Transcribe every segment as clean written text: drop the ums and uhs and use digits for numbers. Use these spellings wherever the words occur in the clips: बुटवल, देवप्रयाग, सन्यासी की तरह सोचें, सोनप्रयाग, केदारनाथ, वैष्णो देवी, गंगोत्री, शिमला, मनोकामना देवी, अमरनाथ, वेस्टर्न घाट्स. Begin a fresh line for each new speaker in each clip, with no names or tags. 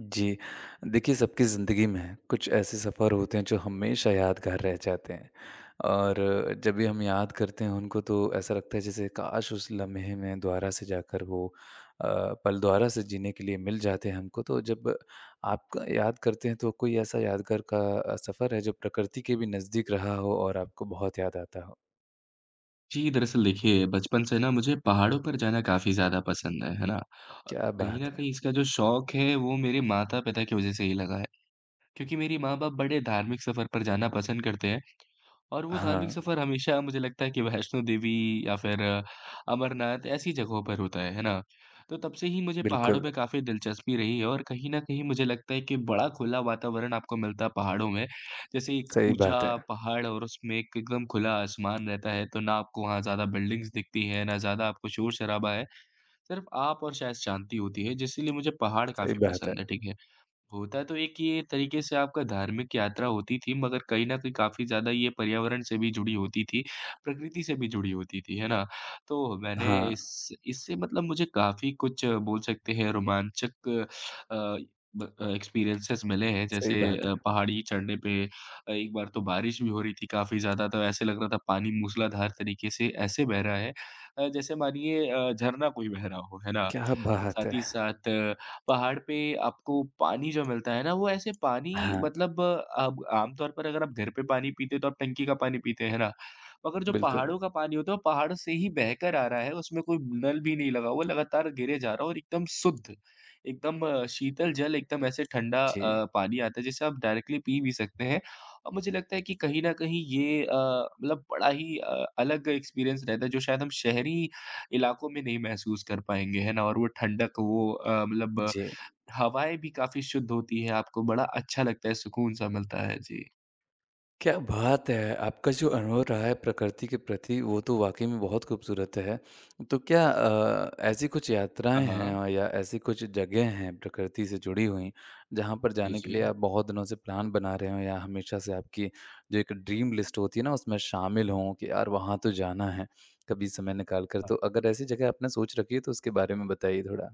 जी। देखिए, सबकी ज़िंदगी में कुछ ऐसे सफ़र होते हैं जो हमेशा यादगार रह जाते हैं और जब भी हम याद करते हैं उनको तो ऐसा लगता है जैसे काश उस लम्हे में दोबारा से जाकर वो अ, पल दोबारा से जीने के लिए मिल जाते हैं हमको। तो जब आप याद करते हैं तो कोई ऐसा यादगार का सफ़र है जो प्रकृति के भी नज़दीक रहा हो और आपको बहुत याद आता हो?
जी, दरअसल देखिए, बचपन से ना मुझे पहाड़ों पर जाना काफ़ी ज़्यादा पसंद है ना? अ,
क्या
कहीं
बात
न
है!
कहीं इसका जो शौक है, वो मेरे माता-पिता की वज़ह से ही लगा है। क्योंकि मेरी माँ-बाप बड़े धार्मिक सफ़र पर जाना पसंद करते हैं। और वो धार्मिक
हाँ,
सफ़र हमेशा मुझे लगता है कि वैष्णो देवी या फिर अमरनाथ ऐसी जगहों पर होता है ना? तो तब से ही मुझे पहाड़ों
बिल्कुल
में काफ़ी दिलचस्पी रही है और कहीं न कहीं मुझे लगता है कि बड़ा खुला वातावरण आपको मिलता है पहाड़ों में। जैसे एक
सही बात है,
ऊँचा पहाड़ और उसमें एक एकदम खुला आसमान रहता है, तो ना आपको वहाँ ज़्यादा बिल्डिंग्स दिखती हैं, ना ज़्यादा आपको शोर-शराबा है। सिर्फ़ आप और शायद शांति होती है, जिसलिए मुझे पहाड़
सही
काफ़ी
बात है।
पसंद है, ठीक है। होता तो एक ये तरीके से आपका धार्मिक यात्रा होती थी मगर कहीं न कहीं काफ़ी ज़्यादा ये पर्यावरण से भी जुड़ी होती थी, प्रकृति से भी जुड़ी होती थी, है ना? तो मैंने
हाँ,
इस इससे मतलब मुझे काफ़ी कुछ बोल सकते हैं रोमांचक अ, एक्सपीरियंसेस मिले हैं
सही
जैसे
बात है।
पहाड़ी चढ़ने पे एक बार तो बारिश भी हो रही थी काफ़ी ज़्यादा तो ऐसे लग रहा था पानी मूसलाधार तरीके से ऐसे बह रहा है जैसे मानिए झरना कोई बह रहा हो, है ना?
क्या बात
साथ ही
है!
साथ पहाड़ पे आपको पानी जो मिलता है ना, वो ऐसे पानी
हाँ।
मतलब अब आमतौर पर अगर आप घर पे पानी पीते हो तो आप टंकी का पानी पीते हैं, है ना? मगर जो
बिल्कुल।
पहाड़ों का पानी होता है, वो पहाड़ से ही बह कर आ रहा है, उसमें कोई नल भी नहीं लगा हुआ, लगातार गिरे जा रहा है और एकदम शुद्ध, एकदम शीतल जल, एकदम ऐसे ठंडा
जी,
पानी आता है, जिसे आप डायरेक्टली पी भी सकते हैं। और मुझे लगता है कि कहीं न कहीं ये मतलब बड़ा ही अलग एक्सपीरियंस रहता है, जो शायद हम शहरी इलाकों में नहीं महसूस कर पाएँगे, है ना? और वो ठंडक, वो मतलब
जी।
हवाएँ भी काफ़ी शुद्ध होती है, आपको बड़ा अच्छा लगता है, सुकून-सा मिलता है। जी।
क्या बात है! आपका जो अनुभव रहा है प्रकृति के प्रति वो तो वाक़ई में बहुत खूबसूरत है। तो क्या ऐसी कुछ
हाँ,
यात्राएँ हैं
हाँ।
और या ऐसी कुछ जगह हैं प्रकृति से जुड़ी हुई जहाँ पर
जी,
जाने के लिए
जी।
आप बहुत दिनों से प्लान बना रहे हो या हमेशा से आपकी जो एक ड्रीम लिस्ट होती है ना उसमें शामिल हों कि यार वहाँ तो जाना है कभी समय निकाल कर।
हाँ।
तो अगर ऐसी जगह आपने सोच रखी है तो उसके बारे में बताइए थोड़ा?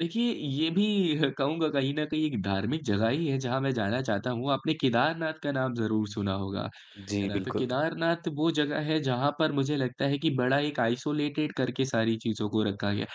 देखिए, ये भी कहूँगा कहीं न कहीं एक धार्मिक जगह ही है जहाँ मैं जाना चाहता हूँ। आपने केदारनाथ का नाम ज़रूर सुना होगा।
जी,
करा। तो
बिल्कुल।
केदारनाथ वो जगह है जहाँ पर मुझे लगता है कि बड़ा एक आइसोलेटेड करके सारी चीज़ों को रखा गया।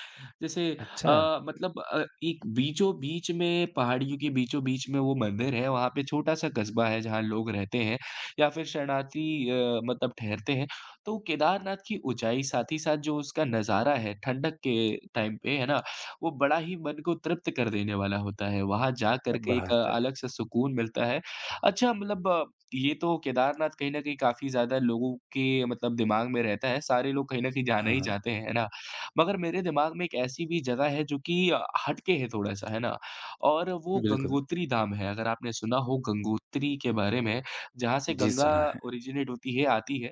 जैसे
अच्छा,
मतलब एक बीचों-बीच में पहाड़ियों के बीचों-बीच में वो मंदिर है, वहाँ पे छोटा-सा कस्बा है जहाँ लोग रहते हैं या फिर शरणार्थी मतलब ठहरते हैं। तो केदारनाथ की ऊँचाई साथ ही साथ जो उसका नज़ारा है ठंडक के टाइम पे, है ना? वो बड़ा ही मन को तृप्त कर देने वाला होता है। वहाँ जा
क्या
कर के एक
बात है!
अलग-सा सुकून मिलता है। अच्छा मतलब ये तो केदारनाथ कहीं न कहीं काफ़ी ज़्यादा लोगों के मतलब दिमाग में रहता है, सारे लोग कहीं न कहीं जाना ही
हाँ,
चाहते हैं, है ना? मगर मेरे दिमाग में एक ऐसी भी जगह है जो कि हट के है थोड़ा-सा, है ना? और वो
बिल्कुल।
गंगोत्री धाम है, अगर आपने सुना हो गंगोत्री के बारे में, जहाँ से
जी,
गंगा
सुना है।
ओरिजिनेट होती है, आती है।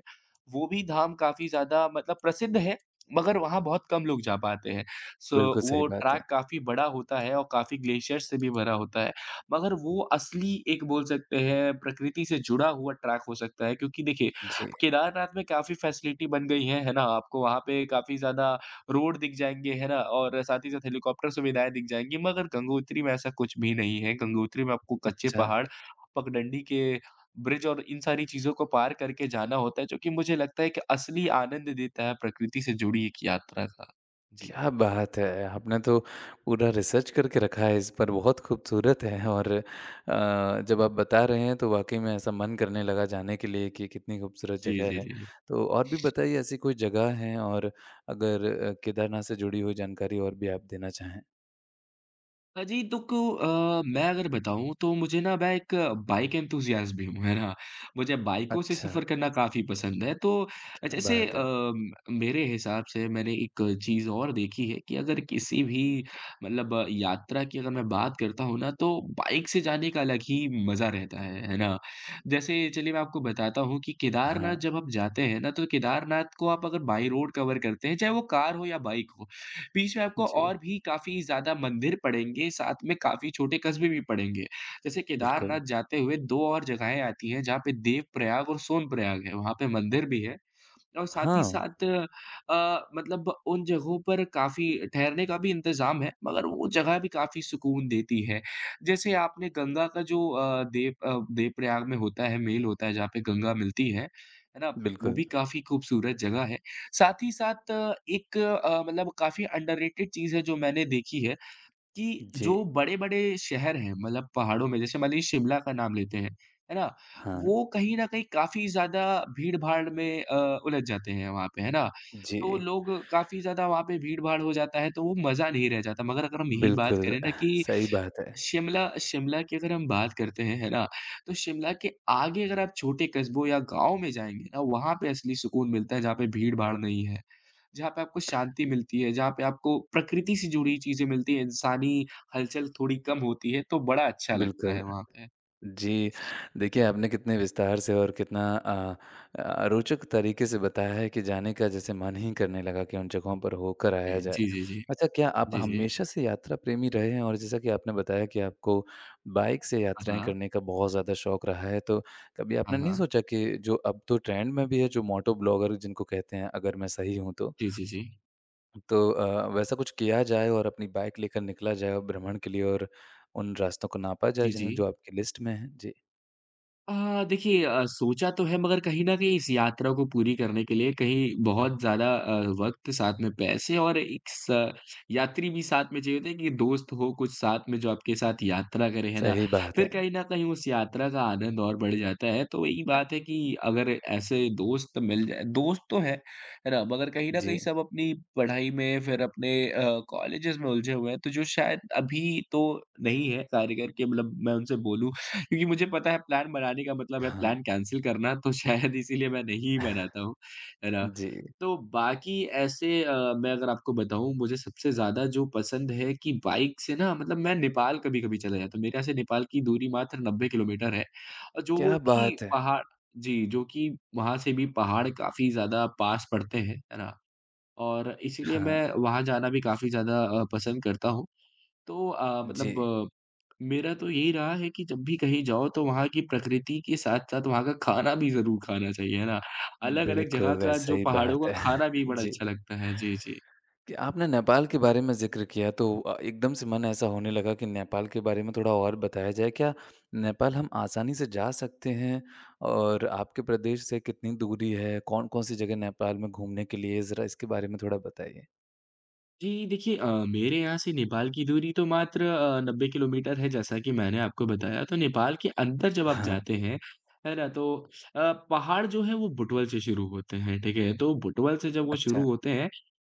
वो भी धाम काफ़ी ज़्यादा मतलब प्रसिद्ध है, मगर वहाँ बहुत कम लोग जा पाते हैं। सो
बिल्कुल सही
वो
बात है।
ट्रैक काफ़ी बड़ा होता है और काफ़ी ग्लेशियर से भी भरा होता है। मगर वो असली एक बोल सकते हैं प्रकृति से जुड़ा हुआ ट्रैक हो सकता है क्योंकि देखिए,
जी,
केदारनाथ में काफ़ी फैसिलिटी बन गई है ना? आपको वहाँ पे काफ़ी ज़्यादा रोड दिख जाएँगे, है ना? और साथ ही साथ हेलीकॉप्टर सुविधाएँ दिख जाएँगी मगर गंगोत्री में ऐसा कुछ भी नहीं है। गंगोत्री में आपको कच्चे
अच्छा,
पहाड़, पगडंडी के ब्रिज और इन सारी चीज़ों को पार करके जाना होता है, जो कि मुझे लगता है कि असली आनंद देता है प्रकृति से जुड़ी एक यात्रा का। जी।
क्या बात है! आपने तो पूरा रिसर्च करके रखा है इस पर, बहुत खूबसूरत है और जब आप बता रहे हैं तो वाक़ई में ऐसा मन करने लगा जाने के लिए कि कितनी खूबसूरत
जी,
जगह
जी,
है।
जी।
तो और भी बताइए ऐसी कोई जगह है और अगर केदारनाथ से जुड़ी हुई जानकारी और भी आप देना चाहें?
जी, तो मैं अगर बताऊँ तो मुझे ना मैं एक बाइक एंथुसियास्ट भी हूँ, है ना? मुझे बाइकों से
अच्छा, क्या
सफ़र करना काफ़ी पसंद है। तो जैसे
बात है।
मेरे हिसाब से मैंने एक चीज़ और देखी है कि अगर किसी भी मतलब यात्रा की अगर मैं बात करता हूँ ना, तो बाइक से जाने का अलग ही मज़ा रहता है ना? जैसे चलिए मैं आपको बताता हूँ कि केदारनाथ
हाँ,
जब हम जाते हैं ना, तो केदारनाथ को आप अगर बाई रोड कवर करते हैं, चाहे वो कार हो या बाइक हो, बीच में आपको
जी,
और भी काफ़ी ज़्यादा मंदिर पड़ेंगे, साथ में काफ़ी छोटे कस्बे भी पड़ेंगे। जैसे
बिल्कुल।
केदारनाथ जाते हुए 2 और जगहें आती हैं, जहाँ पे देवप्रयाग और सोनप्रयाग है, वहाँ पे मंदिर भी है। और साथ ही
हाँ,
साथ मतलब उन जगहों पर काफ़ी ठहरने का भी इंतज़ाम है, मगर वो जगह भी काफ़ी सुकून देती है। जैसे आपने गंगा का जो देव प्रयाग में होता है, मेल होता है जहाँ पे गंगा मिलती है ना? वो
बिल्कुल।
भी काफ़ी खूबसूरत जगह है। साथ ही साथ एक मतलब काफ़ी अंडररेटेड चीज़ है जो मैंने देखी है। कि
जी,
जो बड़े-बड़े शहर हैं, मतलब पहाड़ों में, जैसे मान लीजिए शिमला का नाम लेते हैं, है ना?
हाँ,
वो कहीं न कहीं काफ़ी ज़्यादा भीड़-भाड़ में उलझ जाते हैं वहाँ पे, है ना?
जी,
तो लोग काफ़ी ज़्यादा वहाँ पे भीड़-भाड़ हो जाता है, तो वो मज़ा नहीं रह जाता। मगर अगर हम यहीं बात
बिल्कुल,
करें ना कि
सही बात है।
शिमला शिमला की अगर हम बात करते हैं, है ना? तो शिमला के आगे अगर आप छोटे कस्बों या गाँव में जाएँगे ना, वहाँ पे असली सुकून मिलता है, जहाँ पे भीड़-भाड़ नहीं है। जहाँ पे आपको शांति मिलती है, जहाँ पे आपको प्रकृति से जुड़ी चीज़ें मिलती हैं, इंसानी हलचल थोड़ी कम होती है, तो बड़ा अच्छा लगता है
बिल्कुल।
वहाँ पे।
जी, देखिए आपने कितने विस्तार से और कितना रोचक तरीके से बताया है कि जाने का जैसे मन ही करने लगा कि उन जगहों पर होकर
जी,
आया जाए।
जी, जी, जी।
अच्छा क्या आप
जी, जी।
हमेशा से यात्रा प्रेमी रहे हैं और जैसा कि आपने बताया कि आपको बाइक से
हाँ,
यात्राएँ
हाँ।
करने का बहुत ज़्यादा शौक रहा है, तो कभी
हाँ,
आपने नहीं
हाँ।
सोचा कि जो अब तो ट्रेंड में भी है जो मोटो ब्लॉगर जिनको कहते हैं अगर मैं सही हूँ
जी, जी, जी।
तो वैसा कुछ किया जाए और अपनी बाइक लेकर निकला जाए और भ्रमण के लिए और उन रास्तों को नापा जाए
जी,
जिन
जी।
जो आपकी लिस्ट में है। जी,
देखिए सोचा तो है मगर कहीं न कहीं इस यात्रा को पूरी करने के लिए कहीं बहुत ज़्यादा वक़्त, साथ में पैसे और एक स यात्री भी साथ में चाहिए होते हैं कि दोस्त हो कुछ साथ में जो आपके साथ यात्रा करे, है ना?
सही बात
फिर
है।
कहीं न कहीं उस यात्रा का आनंद और बढ़ जाता है। तो वही बात है कि अगर ऐसे दोस्त मिल जाएँ दोस्त तो हैं, है ना? मगर कहीं न कहीं
जी,
सब अपनी पढ़ाई में फिर अपने कॉलेजेस में उलझे हुए हैं, तो जो शायद अभी तो नहीं है, कार्यकर के मतलब मैं उनसे बोलूँ क्योंकि मुझे पता है प्लान बनाने का मतलब है
हाँ।
प्लान कैंसल करना, तो शायद इसीलिए मैं नहीं बनाता हूँ, है ना?
जी,
तो बाकी ऐसे मैं अगर आपको बताऊँ मुझे सबसे ज़्यादा जो पसंद है कि बाइक से ना मतलब मैं नेपाल कभी-कभी चला जाता हूँ। मेरे यहाँ से नेपाल की दूरी मात्र 90 किलोमीटर है और जो वो
क्या
कि
बात है!
पहाड़ जी, जो कि वहाँ से भी पहाड़ काफ़ी ज़्यादा पास पड़ते हैं, है ना? और इसीलिए
हाँ,
मैं वहाँ जाना भी काफ़ी ज़्यादा पसंद करता हूँ। तो
जी,
मतलब मेरा तो यही रहा है कि जब भी कहीं जाओ तो वहाँ की प्रकृति के साथ-साथ वहाँ का खाना भी ज़रूर खाना चाहिए, है ना? अलग-अलग जगह
बिल्कुल
का
वैसा
जो
ही
पहाड़ों
बात
का
है।
खाना भी बड़ा
जी।
अच्छा लगता है। जी, जी।
कि आपने नेपाल के बारे में ज़िक्र किया तो एकदम से मन ऐसा होने लगा कि नेपाल के बारे में थोड़ा और बताया जाए। क्या नेपाल हम आसानी से जा सकते हैं? और आपके प्रदेश से कितनी दूरी है? कौन-कौन सी जगह नेपाल में घूमने के लिए है? ज़रा इसके बारे में थोड़ा बताइए।
जी, देखिए मेरे यहाँ से नेपाल की दूरी तो मात्र 90 किलोमीटर है जैसा कि मैंने आपको बताया। तो नेपाल के अंदर जब आप
हाँ,
जाते हैं, है ना? तो पहाड़ जो है वो बुटवल से शुरू होते हैं, ठीक है? तो बुटवल से जब वो
अच्छा,
शुरू होते हैं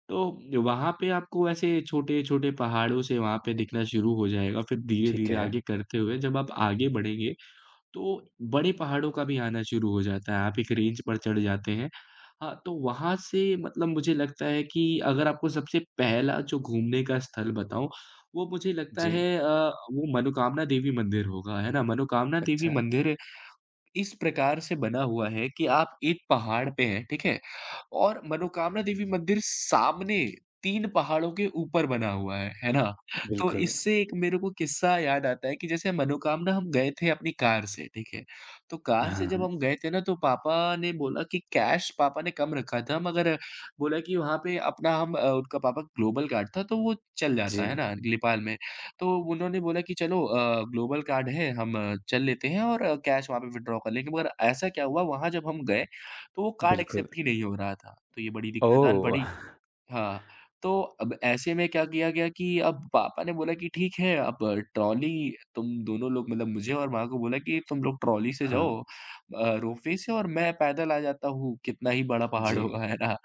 तो वहाँ पे आपको ऐसे छोटे-छोटे पहाड़ों से वहाँ पे दिखना शुरू हो जाएगा, फिर
ठीक
धीरे-धीरे
है।
आगे करते हुए जब आप आगे बढ़ेंगे, तो बड़े पहाड़ों का भी आना शुरू हो जाता है, आप एक रेंज पर चढ़ जाते हैं। हाँ, तो वहाँ से मतलब मुझे लगता है कि अगर आपको सबसे पहला जो घूमने का स्थल बताऊँ, वो मुझे लगता
जी,
है अ, वो मनोकामना देवी मंदिर होगा, है ना? मनोकामना देवी
अच्छा,
मंदिर इस प्रकार से बना हुआ है कि आप एक पहाड़ पे हैं, ठीक है? और मनोकामना देवी मंदिर सामने 3 पहाड़ों के ऊपर बना हुआ है ना? तो
बिल्कुल।
इससे एक मेरे को किस्सा याद आता है कि जैसे मनोकामना हम गए थे अपनी कार से, ठीक है? तो कार
हाँ,
से जब
हाँ,
हम गए थे ना तो पापा ने बोला कि कैश पापा ने कम रखा था। मगर बोला कि वहाँ पे अपना हम उनका पापा ग्लोबल कार्ड था, तो वो चल
जी,
जाता है ना नेपाल में। तो उन्होंने बोला कि चलो, ग्लोबल कार्ड है, हम चल लेते हैं और कैश वहाँ पे विथड्रॉ कर लेंगे। मगर ऐसा क्या हुआ, वहाँ जब हम गए तो वो कार्ड
बिल्कुल।
एक्सेप्ट ही नहीं हो रहा था। तो ये बड़ी दिक्कत आन
ओह!
पड़ी। हाँ, तो अब ऐसे में क्या किया गया कि अब पापा ने बोला कि ठीक है, अब ट्रॉली तुम दोनों लोग मतलब मुझे और माँ को बोला कि तुम लोग ट्रॉली से
हाँ,
जाओ, रोपवे से, और मैं पैदल आ जाता हूँ, कितना ही बड़ा
जी,
पहाड़ होगा, है ना?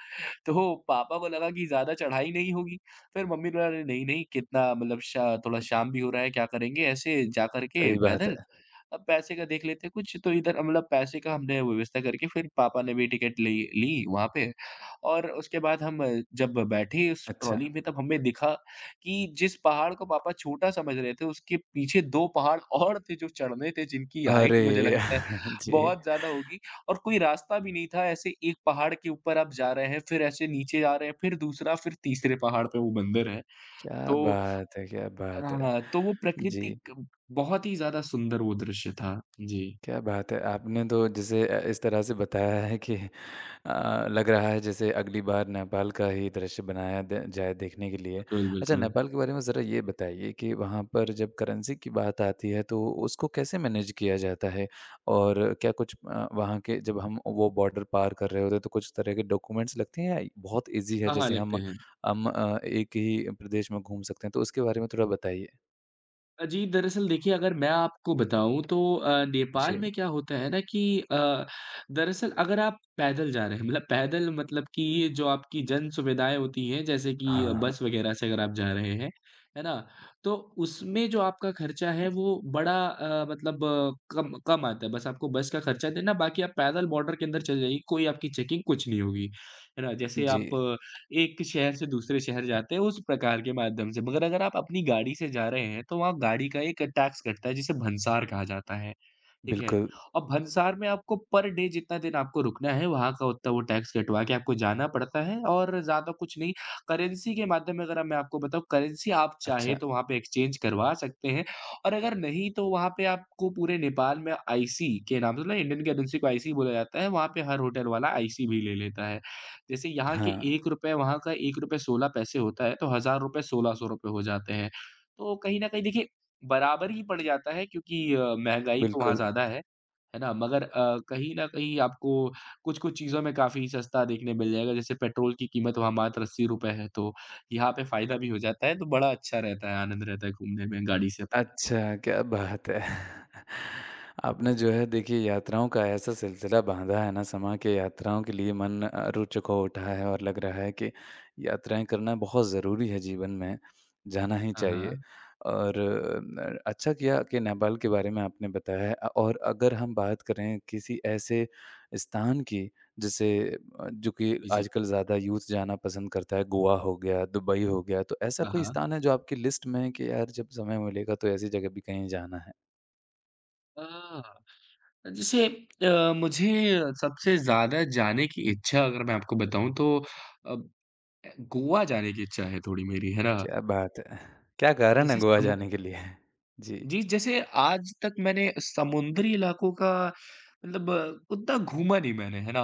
तो पापा को लगा कि ज़्यादा चढ़ाई नहीं होगी। फिर मम्मी ने बोला, अरे! नहीं-नहीं, कितना मतलब शा थोड़ा शाम भी हो रहा है, क्या करेंगे ऐसे जा कर के
सही बात है।
पैदल, अब पैसे का देख लेते हैं कुछ। तो इधर मतलब पैसे का हमने व्यवस्था करके फिर पापा ने भी टिकट ली ली वहाँ पे, और उसके बाद हम जब बैठे उस
अच्छा,
ट्रॉली में तब हमें दिखा कि जिस पहाड़ को पापा छोटा समझ रहे थे, उसके पीछे 2 पहाड़ और थे जो चढ़ने थे, जिनकी हाइट मुझे
अरे!
लगता है
जी,
बहुत ज़्यादा होगी। और कोई रास्ता भी नहीं था, ऐसे एक पहाड़ के ऊपर आप जा रहे हैं, फिर ऐसे नीचे आ रहे हैं, फिर दूसरा, फिर तीसरे पहाड़ पे वो मंदिर है।
क्या
तो
बात है, क्या बात है।
हाँ, तो वो
जी।
प्राकृतिक बहुत ही ज़्यादा सुंदर वो दृश्य था। जी,
क्या बात है! आपने तो जैसे इस तरह से बताया है कि लग रहा है जैसे अगली बार नेपाल का ही दृश्य बनाया द जाए देखने के लिए।
बिल्कुल,
अच्छा
बिल्कुल।
नेपाल के बारे में ज़रा ये बताइए कि वहाँ पर जब करेंसी की बात आती है तो उसको कैसे मैनेज किया जाता है? और क्या कुछ वहाँ के जब हम वो बॉर्डर पार कर रहे होते हैं तो कुछ तरह के डॉक्यूमेंट्स लगते हैं या बहुत ईज़ी है
हाँ, हाँ,
जैसे हम
लगते हैं।
हम एक ही प्रदेश में घूम सकते हैं? तो उसके बारे में थोड़ा बताइए।
जी, दरअसल देखिए, अगर मैं आपको बताऊँ तो
जी।
नेपाल में क्या होता है ना कि अ, दरअसल अगर आप पैदल जा रहे हैं, मतलब पैदल मतलब कि ये जो आपकी जन सुविधाएँ होती हैं जैसे कि
हाँ, हाँ।
बस वग़ैरह से, अगर आप जा रहे हैं, है ना? तो उसमें जो आपका खर्चा है वो बड़ा मतलब कम कम आता है, बस आपको बस का खर्चा देना, बाकी आप पैदल बॉर्डर के अंदर चले जाइए, कोई आपकी चेकिंग कुछ नहीं होगी, है ना? जैसे आप
जी,
एक शहर से दूसरे शहर जाते हैं, उस प्रकार के माध्यम से। मगर अगर आप अपनी गाड़ी से जा रहे हैं तो वहाँ गाड़ी का एक टैक्स कटता है, जिसे भंसार कहा जाता है। ठीक है।
बिल्कुल।
और भंसार में आपको पर डे जितना दिन आपको रुकना है, वहाँ का उतना वो टैक्स कटवा के आपको जाना पड़ता है, और ज़्यादा कुछ नहीं। करेंसी के माध्यम में अगर मैं आपको बताऊँ, करेंसी आप चाहे
अच्छा।
तो वहाँ पे एक्सचेंज करवा सकते हैं, और अगर नहीं तो वहाँ पे आपको पूरे नेपाल में आईसी के नाम से, मतलब इंडियन करेंसी को आईसी बोला जाता है, वहाँ पे हर होटल वाला आईसी भी ले लेता है। जैसे यहाँ के
हाँ।
₹1 वहाँ का ₹1.16 होता है, तो ₹1000 ₹1600 हो जाते हैं। तो कहीं न कहीं देखिए बराबर ही पड़ जाता है, क्योंकि महँगाई तो वहाँ
बिल्कुल।
ज़्यादा है ना? मगर कहीं न कहीं आपको कुछ-कुछ चीज़ों में काफ़ी सस्ता देखने मिल जाएगा, जैसे पेट्रोल की कीमत वहाँ मात्र ₹80 है, तो यहाँ पे फ़ायदा भी हो जाता है, तो बड़ा अच्छा रहता है, आनंद रहता है घूमने में गाड़ी से अपने।
अच्छा, क्या बात है! आपने जो है देखिए यात्राओं का ऐसा सिलसिला बाँधा है ना समा के यात्राओं के लिए मन रोचक हो उठा है और लग रहा है कि यात्राएँ करना बहुत ज़रूरी है जीवन में, जाना ही
हाँ,
चाहिए।
हाँ।
और न अच्छा किया कि नेपाल के बारे में आपने बताया है और अगर हम बात करें किसी ऐसे स्थान की जिसे जो कि
जी, जी।
आजकल ज़्यादा यूथ जाना पसंद करता है, गोवा हो गया, दुबई हो गया, तो ऐसा
हाँ,
कोई
हाँ।
स्थान है जो आपकी लिस्ट में है कि यार जब समय मिलेगा तो ऐसी जगह भी कहीं जाना है?
अ, जैसे मुझे सबसे ज़्यादा जाने की इच्छा, अगर मैं आपको बताऊँ तो अ, गोवा जाने की इच्छा है थोड़ी मेरी, है ना?
क्या बात है! क्या कारण है
जैसे
गोवा
सम
जाने के लिए? जी,
जी, जैसे आज तक मैंने समुद्री इलाकों का मतलब उतना घूमा नहीं मैंने, है ना?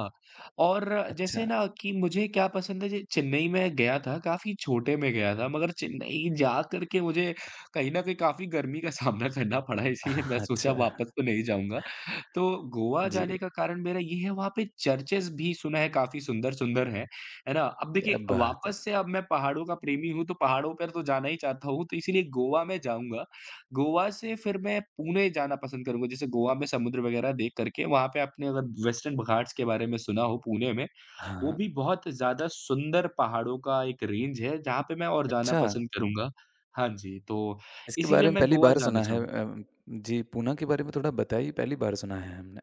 और जैसे
अच्छा।
ना कि मुझे क्या पसंद है, जे चेन्नई में गया था, काफ़ी छोटे में गया था, मगर चेन्नई जा कर के मुझे कहीं न कहीं काफ़ी गर्मी का सामना करना पड़ा, इसीलिए मैं सोचा
अच्छा,
वापस तो नहीं जाऊँगा। तो गोवा
जी,
जाने का कारण मेरा ये है, वहाँ पे चर्चेज़ भी सुना है काफ़ी सुंदर-सुंदर हैं, है ना? अब
क्या
देखिए
बात है!
वापस से अब मैं पहाड़ों का प्रेमी हूँ, तो पहाड़ों पर तो जाना ही चाहता हूँ, तो इसीलिए गोवा में जाऊँगा। गोवा से फिर मैं पुणे जाना पसंद करूँगा, जैसे गोवा में समुद्र वगैरह देख करके, वहाँ पे आपने अगर वेस्टर्न घाट्स के बारे में सुना हो पुणे में, वो
हाँ,
भी बहुत ज़्यादा सुंदर पहाड़ों का एक रेंज है, जहाँ पे मैं और जाना
अच्छा,
पसंद करूँगा। हाँ जी, तो
इसके बारे
इसीलिए
में
मैं
पहली
गोवा
बार
जाना
सुना है
चाहूँ,
जी, पूना के बारे में थोड़ा बताइए, पहली बार सुना है हमने।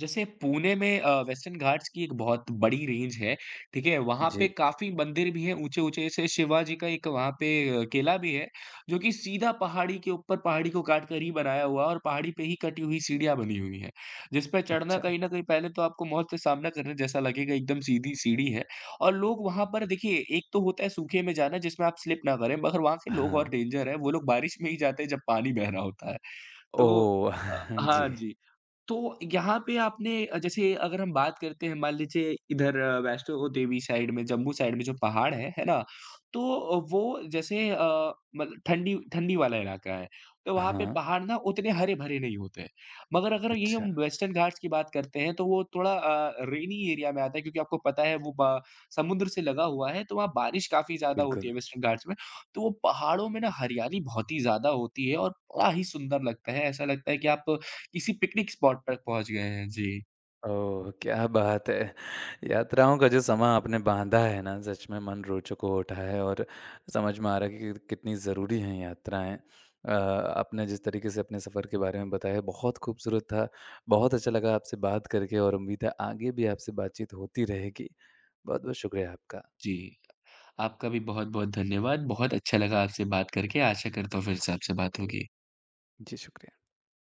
जैसे पुणे में वेस्टर्न घाट्स की एक बहुत बड़ी रेंज है, ठीक है? वहाँ
जी,
पे काफ़ी मंदिर भी हैं ऊँचे-ऊँचे, जैसे शिवाजी का एक वहाँ पे किला भी है, जो कि सीधा पहाड़ी के ऊपर पहाड़ी को काट कर ही बनाया हुआ है और पहाड़ी पे ही कटी हुई सीढ़ियाँ बनी हुई हैं, जिस पे चढ़ना
अच्छा,
कहीं न कहीं पहले तो आपको मौत से सामना करने जैसा लगेगा, एकदम सीधी सीढ़ी है। और लोग वहाँ पर देखिए, एक तो होता है सूखे में जाना जिसमें आप स्लिप ना करें, मगर वहाँ के लोग
हाँ,
और डेंजर हैं, वो लोग बारिश में ही जाते हैं जब पानी बह रहा होता है। तो
ओह!
अ,
जी,
हाँ जी। तो यहाँ पे आपने जैसे अगर हम बात करते हैं, मान लीजिए इधर वैष्णो देवी साइड में, जम्मू साइड में जो पहाड़ है ना? तो वो जैसे मतलब ठंडी ठंडी वाला इलाका है, तो वहाँ पे
हाँ,
पहाड़ ना उतने हरे-भरे नहीं होते हैं। मगर अगर यही
अच्छा,
हम वेस्टर्न घाट्स की बात करते हैं तो वो थोड़ा रेनी एरिया में आता है, क्योंकि आपको पता है वो ब समुद्र से लगा हुआ है, तो वहाँ बारिश काफ़ी ज़्यादा होती है
बिल्कुल।
वेस्टर्न घाट्स में। तो वो पहाड़ों में ना हरियाली बहुत ही ज़्यादा होती है, और बड़ा ही सुंदर लगता है, ऐसा लगता है कि आप किसी पिकनिक स्पॉट तक पहुँच गए हैं। जी,
ओह! क्या बात है। यात्राओं का जो समा आपने बाँधा है ना, सच में मन रोचक हो उठा है और समझ में आ रहा है कि कितनी ज़रूरी हैं यात्राएँ। आपने जिस तरीके से अपने सफ़र के बारे में बताया, बहुत खूबसूरत था। बहुत अच्छा लगा आपसे बात करके और उम्मीद है आगे भी आपसे बातचीत होती रहेगी। बहुत-बहुत शुक्रिया आपका।
जी। आपका भी बहुत-बहुत धन्यवाद। बहुत अच्छा लगा आपसे बात करके। आशा करता हूँ फिर से आपसे बात होगी।
जी, शुक्रिया।